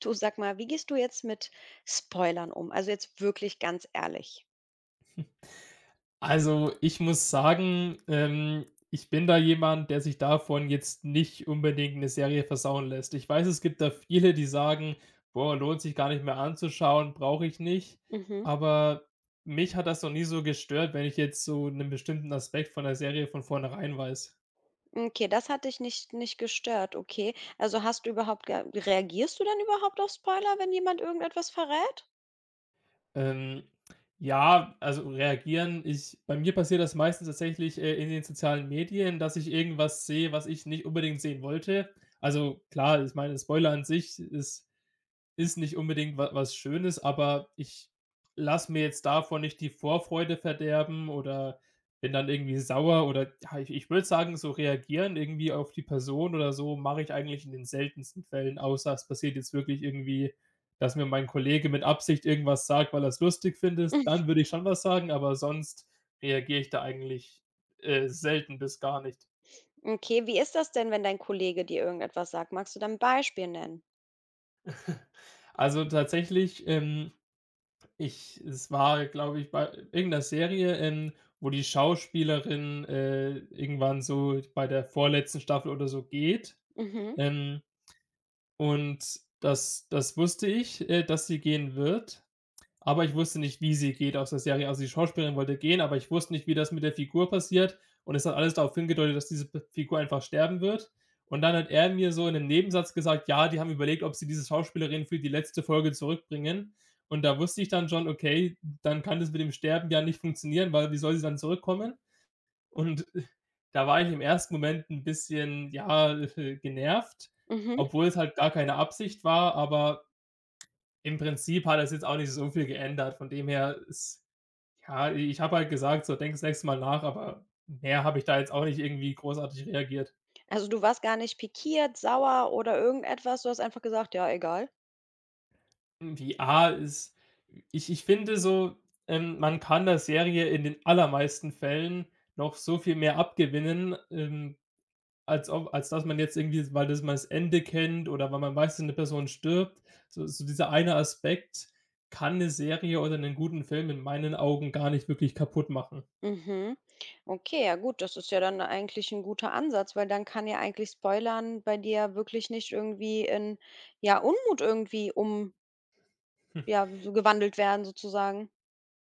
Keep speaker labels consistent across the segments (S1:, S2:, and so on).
S1: Du, sag mal, wie gehst du jetzt mit Spoilern um? Also jetzt wirklich ganz ehrlich.
S2: Also, ich muss sagen, ich bin da jemand, der sich davon jetzt nicht unbedingt eine Serie versauen lässt. Ich weiß, es gibt da viele, die sagen: „Boah, lohnt sich gar nicht mehr anzuschauen, brauche ich nicht.“
S1: Mhm.
S2: Aber mich hat das noch nie so gestört, wenn ich jetzt so einen bestimmten Aspekt von der Serie von vornherein weiß.
S1: Okay, das hat dich nicht gestört, okay. Also hast du überhaupt, reagierst du dann überhaupt auf Spoiler, wenn jemand irgendetwas verrät?
S2: Ähm, ja, also reagieren ich bei mir passiert das meistens tatsächlich, in den sozialen Medien, dass ich irgendwas sehe, was ich nicht unbedingt sehen wollte. Also klar, ich meine, Spoiler an sich ist nicht unbedingt wa was Schönes, aber ich lasse mir jetzt davon nicht die Vorfreude verderben oder bin dann irgendwie sauer oder ja, ich würde sagen, so reagieren irgendwie auf die Person oder so mache ich eigentlich in den seltensten Fällen, außer es passiert jetzt wirklich irgendwie, dass mir mein Kollege mit Absicht irgendwas sagt, weil er es lustig findet,
S1: Mhm.
S2: dann würde ich schon was sagen, aber sonst reagiere ich da eigentlich, selten bis gar nicht.
S1: Okay, wie ist das denn, wenn dein Kollege dir irgendetwas sagt? Magst du dann ein Beispiel nennen?
S2: Also tatsächlich, ich es war, glaube ich, bei irgend Serie, wo die Schauspielerin, irgendwann so bei der vorletzten Staffel oder so geht,
S1: Mhm,
S2: ähm, und das wusste ich, dass sie gehen wird. Aber ich wusste nicht, wie sie geht aus der Serie. Also, die Schauspielerin wollte gehen, aber ich wusste nicht, wie das mit der Figur passiert, und es hat alles darauf hingedeutet, dass diese p Figur einfach sterben wird. Und dann hat er mir so in 'nem Nebensatz gesagt: „Ja, die haben überlegt, ob sie diese Schauspielerin für die letzte Folge zurückbringen.“ Und da wusste ich dann schon: „Okay, dann kann das mit dem Sterben ja nicht funktionieren, weil wie soll sie dann zurückkommen?“ Und da war ich im ersten Moment ein bisschen, ja, genervt,
S1: mhm.
S2: obwohl es halt gar keine Absicht war, aber im Prinzip hat es jetzt auch nicht so viel geändert. Von dem her ist ja, ich habe halt gesagt: „So, denk das nächste Mal nach“, aber mehr habe ich da jetzt auch nicht irgendwie großartig reagiert.
S1: Also du warst gar nicht pikiert, sauer oder irgendetwas, du hast einfach gesagt, ja, egal.
S2: Hm, VR ist ich finde so, man kann der Serie in den allermeisten Fällen noch so viel mehr abgewinnen, als ob als dass man jetzt irgendwie weil das man das Ende kennt oder weil man weiß, dass 'ne Person stirbt. So so dieser eine Aspekt kann eine Serie oder einen guten Film in meinen Augen gar nicht wirklich kaputt machen.
S1: Mhm. Okay, ja gut, das ist ja dann eigentlich ein guter Ansatz, weil dann kann ja eigentlich Spoilern bei dir wirklich nicht irgendwie in, ja, Unmut irgendwie um, ja, so gewandelt werden sozusagen.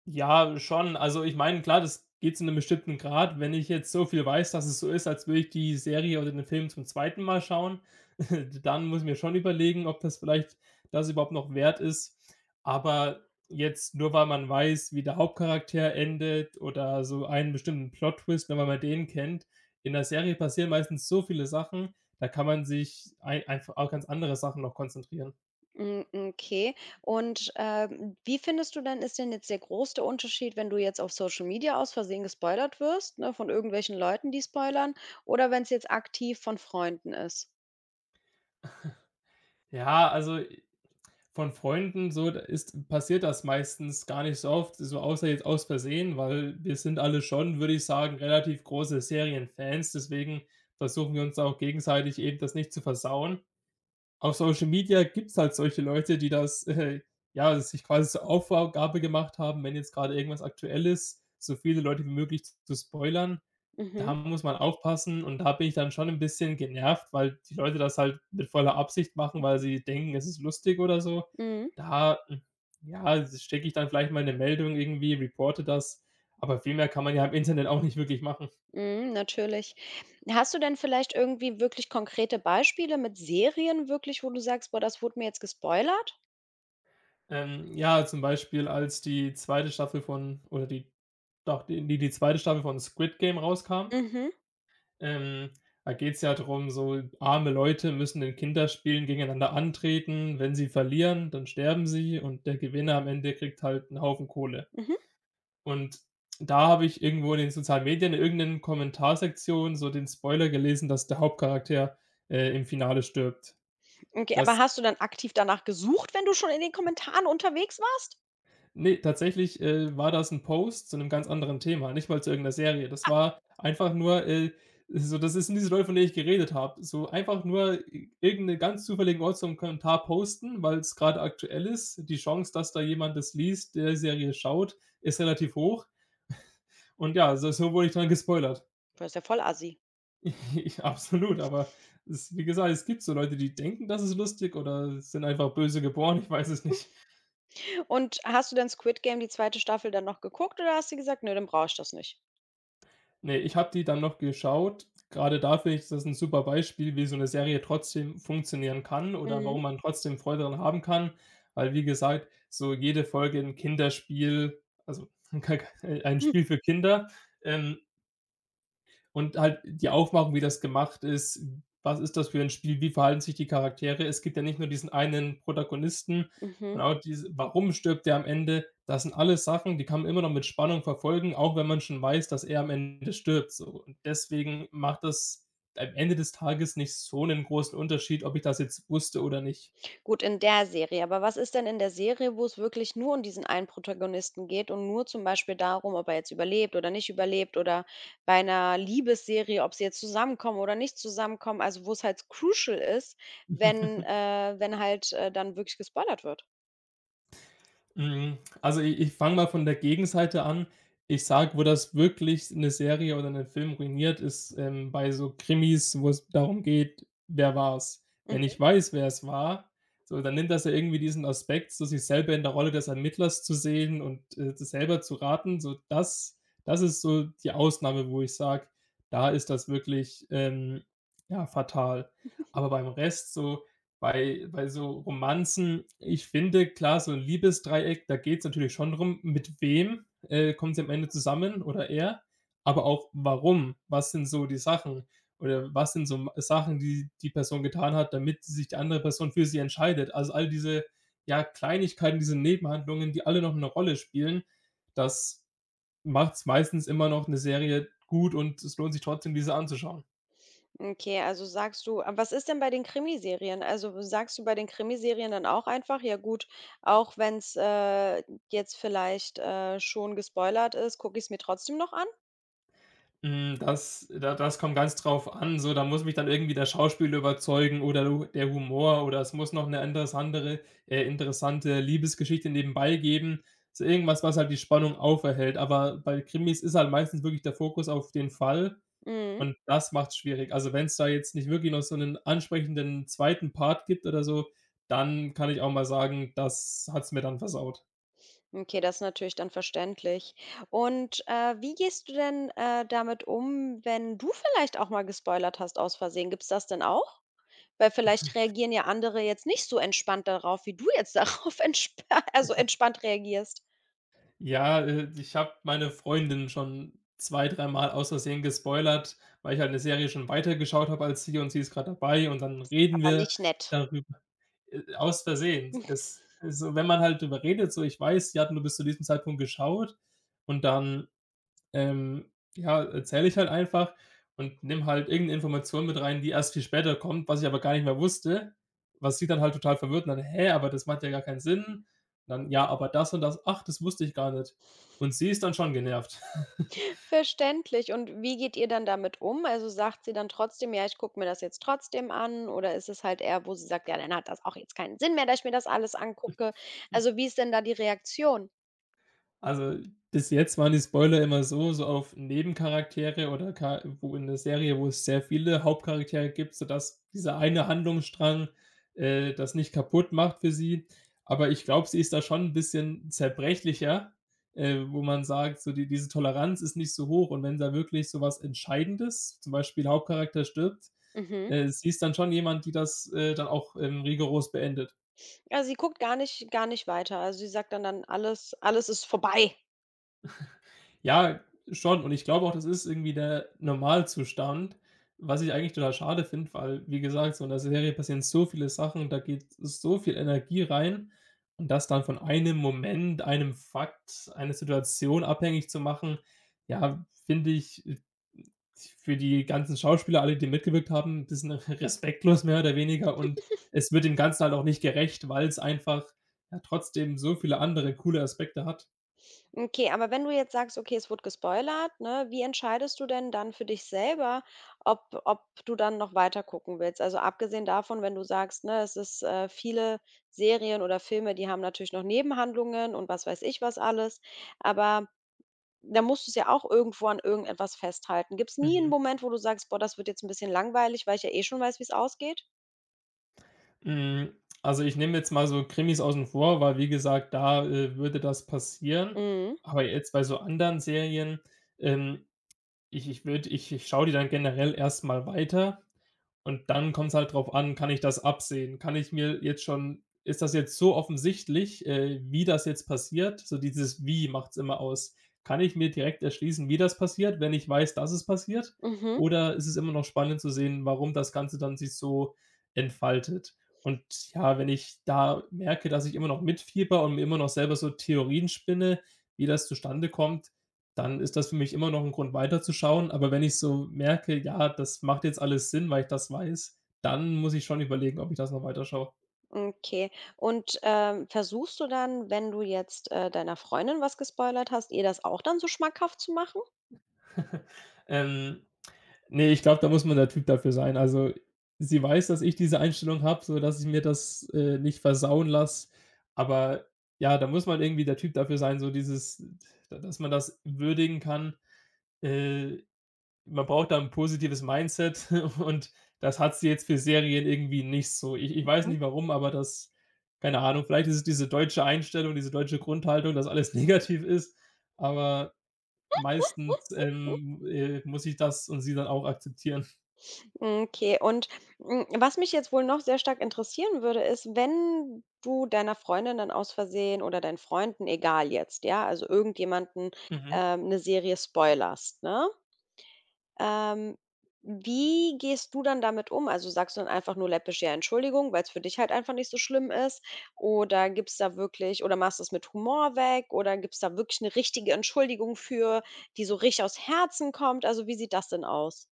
S2: Ja, schon. Also, ich meine, klar, das geht zu einem bestimmten Grad. Wenn ich jetzt so viel weiß, dass es so ist, als würde ich die Serie oder den Film zum zweiten Mal schauen, dann muss ich mir schon überlegen, ob das vielleicht das überhaupt noch wert ist. Aber jetzt nur, weil man weiß, wie der Hauptcharakter endet oder so einen bestimmten Plot-Twist, nur weil man den kennt. In der Serie passieren meistens so viele Sachen, da kann man sich ei einfach auch ganz andere Sachen noch konzentrieren.
S1: Hm, okay. Und, wie findest du denn ist denn jetzt der größte Unterschied, wenn du jetzt auf Social Media aus Versehen gespoilert wirst, ne, von irgendwelchen Leuten, die spoilern, oder wenn es jetzt aktiv von Freunden ist?
S2: Ja, also von Freunden so, da ist passiert das meistens gar nicht so oft, so außer jetzt aus Versehen, weil wir sind alle schon, würde ich sagen, relativ große Serienfans, deswegen versuchen wir uns auch gegenseitig eben das nicht zu versauen. Auf Social Media gibt es halt solche Leute, die das, ja, sich quasi zur Aufgabe gemacht haben, wenn jetzt gerade irgendwas aktuell ist, so viele Leute wie möglich zu spoilern.
S1: Mhm,
S2: Da muss man aufpassen und da bin ich dann schon ein bisschen genervt, weil die Leute das halt mit voller Absicht machen, weil sie denken, es ist lustig oder so.
S1: mhm.
S2: Da, ja, schicke ich dann vielleicht mal 'ne Meldung irgendwie, reporte das, aber viel mehr kann man ja im Internet auch nicht wirklich machen.
S1: Mhm, natürlich. Hast du denn vielleicht irgendwie wirklich konkrete Beispiele mit Serien wirklich, wo du sagst: „Boah, das wurde mir jetzt gespoilert?“
S2: Ja, zum Beispiel, als die zweite Staffel von oder die doch, die zweite Staffel von Squid Game rauskam.
S1: Mhm,
S2: Ähm, da geht's ja drum, so arme Leute müssen in Kinderspielen gegeneinander antreten. Wenn sie verlieren, dann sterben sie und der Gewinner am Ende kriegt halt einen Haufen Kohle.
S1: mhm.
S2: Und da habe ich irgendwo in den sozialen Medien in irgend 'nen Kommentarsektion so den Spoiler gelesen, dass der Hauptcharakter, im Finale stirbt.
S1: Okay, aber
S2: Das
S1: hast du dann aktiv danach gesucht, wenn du schon in den Kommentaren unterwegs warst?
S2: ne, tatsächlich, war das ein Post zu einem ganz anderen Thema, nicht mal zu irgendeiner Serie. Das war einfach nur, so das sind diese Leute, von denen ich geredet habe. So einfach nur i irgend 'ne ganz zufälligen Ort so Kommentar posten, weil es gerade aktuell ist. Die Chance, dass da jemand das liest, der die Serie schaut, ist relativ hoch. Und ja, so so wurde ich dann gespoilert.
S1: Du bist ja voll Assi.
S2: Ich- absolut, aber es wie gesagt, es gibt so Leute, die denken, das ist lustig oder sind einfach böse geboren, ich weiß es nicht.
S1: Und hast du dann „Squid Game“, die zweite Staffel, dann noch geguckt oder hast du gesagt: „Nö, dann brauche ich das nicht?“
S2: Ne, ich habe die dann noch geschaut. Gerade dafür ist das 'n super Beispiel, wie so 'ne Serie trotzdem funktionieren kann oder
S1: Mhm.
S2: warum man trotzdem Freude dran haben kann, weil wie gesagt, so jede Folge 'n Kinderspiel also, ein Spiel für Kinder, ähm, und halt die Aufmachung, wie das gemacht ist. Was ist das für ein Spiel? Wie verhalten sich die Charaktere? Es gibt ja nicht nur diesen einen Protagonisten
S1: Mhm.
S2: und auch diese warum stirbt der am Ende? Das sind alles Sachen, die kann man immer noch mit Spannung verfolgen, auch wenn man schon weiß, dass er am Ende stirbt so. Und deswegen macht das am Ende des Tages nicht so einen großen Unterschied, ob ich das jetzt wusste oder nicht.
S1: Gut, in der Serie. Aber was ist denn in der Serie, wo es wirklich nur um diesen einen Protagonisten geht und nur zum Beispiel darum, ob er jetzt überlebt oder nicht überlebt, oder bei einer Liebesserie, ob sie jetzt zusammenkommen oder nicht zusammenkommen, also wo es halt crucial ist, wenn äh, wenn halt, dann wirklich gespoilert wird.
S2: Hm, also i ich fange mal von der Gegenseite an. Ich sage, wo das wirklich eine Serie oder einen Film ruiniert, ist, bei so Krimis, wo es darum geht: Wer war's? Wenn ich
S1: Mhm.
S2: weiß, wer es war, so, dann nimmt das ja irgendwie diesen Aspekt, so sich selber in der Rolle des Ermittlers zu sehen und, das selber zu raten. So, das ist so die Ausnahme, wo ich sage, da ist das wirklich, ja, fatal. Aber beim Rest so bei so Romanzen ich finde, klar, so 'n Liebesdreieck, da geht's natürlich schon drum, mit wem, kommen sie am Ende zusammen oder er, aber auch warum? Was sind so die Sachen oder was sind so m Sachen, die die Person getan hat, damit sich die andere Person für sie entscheidet? Also, all diese, ja, Kleinigkeiten, diese Nebenhandlungen, die alle noch eine Rolle spielen, das macht's meistens immer noch eine Serie gut und es lohnt sich trotzdem, diese anzuschauen.
S1: Okay, also sagst du aber was ist denn bei den Krimiserien? Also, sagst du bei den Krimiserien dann auch einfach: „Ja gut, auch wenn's, jetzt vielleicht, schon gespoilert ist, gucke ich es mir trotzdem noch an?“
S2: Hm, das da das kommt ganz drauf an, so, da muss mich dann irgendwie der Schauspieler überzeugen oder der Hu der Humor oder es muss noch eine anderes andere interessante Liebesgeschichte nebenbei geben. So irgendwas, was halt die Spannung auferhält. Aber bei Krimis ist halt meistens wirklich der Fokus auf den Fall
S1: Mhm.
S2: und das macht es schwierig. Also, wenn es da jetzt nicht wirklich noch so einen ansprechenden zweiten Part gibt oder so, dann kann ich auch mal sagen, das hat's mir dann versaut.
S1: Okay, das ist natürlich dann verständlich. Und, wie gehst du denn, damit um, wenn du vielleicht auch mal gespoilert hast aus Versehen? Gibt es das denn auch? Weil vielleicht reagieren ja andere jetzt nicht so entspannt darauf, wie du jetzt darauf entsp also entspannt reagierst.
S2: Ja, ich habe meine Freundin schon 2, dreimal aus Versehen gespoilert, weil ich halt 'ne Serie schon weitergeschaut habe als sie und sie ist grad dabei und dann reden
S1: Aber
S2: wir
S1: nicht nett.
S2: darüber, aus Versehen. Es so, wenn man halt drüber redet, so: „Ich weiß, ja, du bist zu diesem Zeitpunkt geschaut“ und dann ähm, ja, erzähle ich halt einfach und nehme halt irgendeine Information mit rein, die erst viel später kommt, was ich aber gar nicht mehr wusste, was sie dann halt total verwirrt und dann: „Hä, aber das macht ja gar keinen Sinn.“ Dann: „Ja, aber das und das, ach, das wusste ich gar nicht.“ Und sie ist dann schon genervt.
S1: Verständlich. Und wie geht ihr dann damit um? Also, sagt sie dann trotzdem: „Ja, ich gucke mir das jetzt trotzdem an“, oder ist es halt eher, wo sie sagt: „Ja, dann hat das auch jetzt keinen Sinn mehr, dass ich mir das alles angucke.“ Also, wie ist denn da die Reaktion?
S2: Also, bis jetzt waren die Spoiler immer so so auf Nebencharaktere oder Cha wo in der Serie, wo es sehr viele Hauptcharaktere gibt, sodass dieser eine Handlungsstrang, das nicht kaputt macht für sie. Aber ich glaube, sie ist da schon ein bisschen zerbrechlicher, wo man sagt, so die diese Toleranz ist nicht so hoch und wenn da wirklich so was Entscheidendes, zum Beispiel Hauptcharakter stirbt,
S1: Mhm.
S2: sie ist dann schon jemand, die das, dann auch, rigoros beendet.
S1: Also sie guckt gar nicht weiter. Also, sie sagt dann: „Alles ist vorbei.“
S2: Ja, schon. Und ich glaube auch, das ist irgendwie der Normalzustand, was ich eigentlich total schade finde, weil, wie gesagt, so in der Serie passieren so viele Sachen, da geht so viel Energie rein und das dann von einem Moment, einem Fakt, einer Situation abhängig zu machen, ja, finde ich, für die ganzen Schauspieler, alle, die mitgewirkt haben, ein bisschen respektlos mehr oder weniger und es wird dem Ganzen halt auch nicht gerecht, weil es einfach ja trotzdem so viele andere coole Aspekte hat.
S1: Okay, aber wenn du jetzt sagst: „Okay, es wurde gespoilert“, ne, wie entscheidest du denn dann für dich selber, ob du dann noch weiter gucken willst? Also, abgesehen davon, wenn du sagst, ne, es ist, äh, viele Serien oder Filme, die haben natürlich noch Nebenhandlungen und was weiß ich was alles, aber da musst du's ja auch irgendwo an irgendetwas festhalten. Gibt es nie einen
S2: Mhm.
S1: Moment, wo du sagst: „Boah, das wird jetzt ein bisschen langweilig, weil ich ja eh schon weiß, wie es ausgeht?“
S2: Hm, also, ich nehme jetzt mal so Krimis außen vor, weil wie gesagt, da, würde das passieren.
S1: Mhm.
S2: Aber jetzt bei so anderen Serien, ähm, ich würde ich schaue die dann generell erst mal weiter. Und dann kommt es halt drauf an, kann ich das absehen? Kann ich mir jetzt schon ist das jetzt so offensichtlich, wie das jetzt passiert? So dieses „Wie“ macht es immer aus. Kann ich mir direkt erschließen, wie das passiert, wenn ich weiß, dass es passiert?
S1: Mhm.
S2: Oder ist es immer noch spannend zu sehen, warum das Ganze dann sich so entfaltet? Und ja, wenn ich da merke, dass ich immer noch mitfieber und mir immer noch selber so Theorien spinne, wie das zustande kommt, dann ist das für mich immer noch ein Grund weiterzuschauen. Aber wenn ich so merke: „Ja, das macht jetzt alles Sinn, weil ich das weiß“, dann muss ich schon überlegen, ob ich das noch weiterschaue.
S1: Okay. Und, versuchst du dann, wenn du jetzt, deiner Freundin was gespoilert hast, ihr das auch dann so schmackhaft zu machen?
S2: Ähm, ne, ich glaube, da muss man der Typ dafür sein. Also, sie weiß, dass ich diese Einstellung habe, so dass ich mir das, nicht versauen lasse. Aber ja, da muss man irgendwie der Typ dafür sein, so dieses dass man das würdigen kann, äh, Man braucht da ein positives Mindset und das hat sie jetzt für Serien irgendwie nicht so. Ich weiß
S1: Mhm.
S2: nicht warum, aber das keine Ahnung, vielleicht ist es diese deutsche Einstellung, diese deutsche Grundhaltung, dass alles negativ ist, aber meistens, muss ich das und sie dann auch akzeptieren.
S1: Okay. Und, hm, was mich jetzt wohl noch sehr stark interessieren würde, ist, wenn du deiner Freundin dann aus Versehen oder deinen Freunden, egal jetzt, ja, also irgendjemanden,
S2: Mhm.
S1: 'ne Serie spoilerst, ne? Ähm, wie gehst du dann damit um? Also, sagst du dann einfach nur läppisch: „Ja, Entschuldigung“, weil es für dich halt einfach nicht so schlimm ist? Oder gibt's da wirklich oder machst du es mit Humor weg? Oder gibt's da wirklich eine richtige Entschuldigung für, die so richtig aus Herzen kommt? Also, wie sieht das denn aus?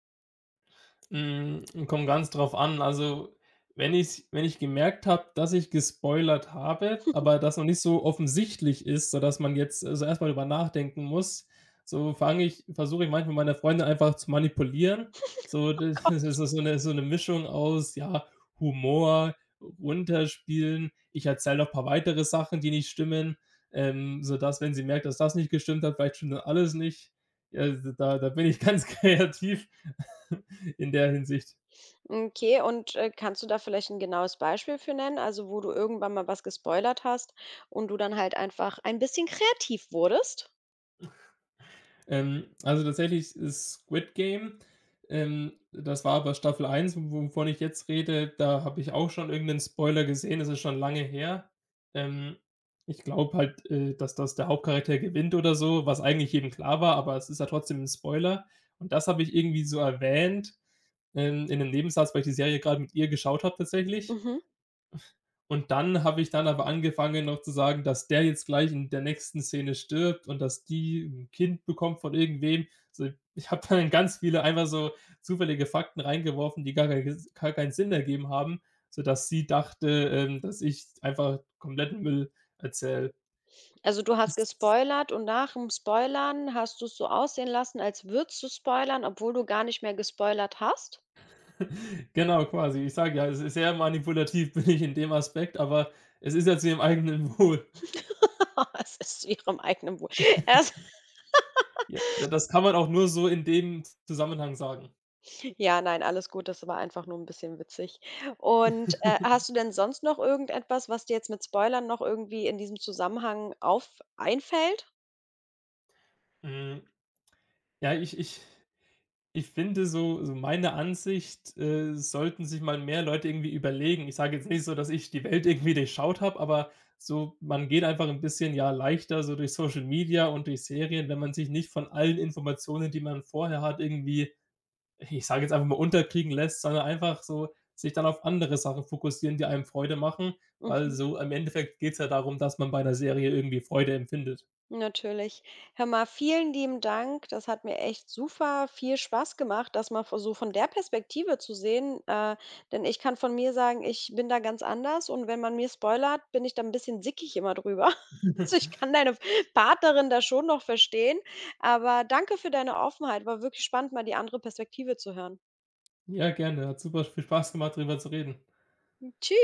S2: Hm, kommt ganz drauf an. Also, wenn ich gemerkt habe, dass ich gespoilert habe, aber das noch nicht so offensichtlich ist, sodass man jetzt also, erstmal mal drüber nachdenken muss, so fange ich versuche ich manchmal meine Freunde einfach zu manipulieren. So, das das ist so eine so 'ne Mischung aus, ja, Humor, runterspielen. Ich erzähle noch ein paar weitere Sachen, die nicht stimmen, sodass, wenn sie merkt, dass das nicht gestimmt hat, vielleicht stimmt dann alles nicht. Ja, also, da bin ich ganz kreativ. in der Hinsicht.
S1: Okay, und, kannst du da vielleicht ein genaues Beispiel für nennen? Also, wo du irgendwann mal was gespoilert hast und du dann halt einfach ein bisschen kreativ wurdest?
S2: Also tatsächlich ist Squid Game, das war aber Staffel eins, wovon ich jetzt rede, da habe ich auch schon irgendeinen Spoiler gesehen, das ist schon lange her. Ähm, Ich glaube halt, dass das der Hauptcharakter gewinnt oder so, was eigentlich jedem klar war, aber es ist ja trotzdem ein Spoiler. Und das habe ich irgendwie so erwähnt, in einem Nebensatz, weil ich die Serie gerade mit ihr geschaut habe tatsächlich.
S1: Mhm.
S2: Und dann habe ich dann aber angefangen noch zu sagen, dass der jetzt gleich in der nächsten Szene stirbt und dass die ein Kind bekommt von irgendwem. So, ich habe dann ganz viele einfach so zufällige Fakten reingeworfen, die gar keinen Sinn ergeben haben, sodass sie dachte, dass ich einfach kompletten Müll erzähle.
S1: Also, du hast
S2: Ist
S1: gespoilert und nach dem Spoilern hast du's so aussehen lassen, als würdest du spoilern, obwohl du gar nicht mehr gespoilert hast?
S2: genau, quasi. Ich sage ja, es ist sehr manipulativ bin ich in dem Aspekt, aber es ist ja zu ihrem eigenen Wohl.
S1: Es ist zu ihrem eigenen Wohl. Also
S2: Ja, das kann man auch nur so in dem Zusammenhang sagen.
S1: ja, nein, alles gut, das war einfach nur ein bisschen witzig. Und, hast du denn sonst noch irgendetwas, was dir jetzt mit Spoilern noch irgendwie in diesem Zusammenhang auf einfällt?
S2: Mhm. Ja, ich finde so meine Ansicht, sollten sich mal mehr Leute irgendwie überlegen. Ich sage jetzt nicht so, dass ich die Welt irgendwie durchschaut habe, aber so man geht einfach ein bisschen, ja, leichter so durch Social Media und durch Serien, wenn man sich nicht von allen Informationen, die man vorher hat, irgendwie, ich sage jetzt einfach mal, unterkriegen lässt, sondern einfach so sich dann auf andere Sachen fokussieren, die einem Freude machen, weil
S1: Mhm.
S2: so im Endeffekt geht's ja darum, dass man bei einer Serie irgendwie Freude empfindet.
S1: Natürlich. Hör mal, vielen lieben Dank. Das hat mir echt super viel Spaß gemacht, das mal so von der Perspektive zu sehen. Denn ich kann von mir sagen, ich bin da ganz anders und wenn man mir spoilert, bin ich da ein bisschen sickig immer drüber. Also ich kann deine Partnerin da schon noch verstehen. Aber danke für deine Offenheit. War wirklich spannend, mal die andere Perspektive zu hören.
S2: Ja, gerne. Hat super viel Spaß gemacht, drüber zu reden.
S1: Tschüss.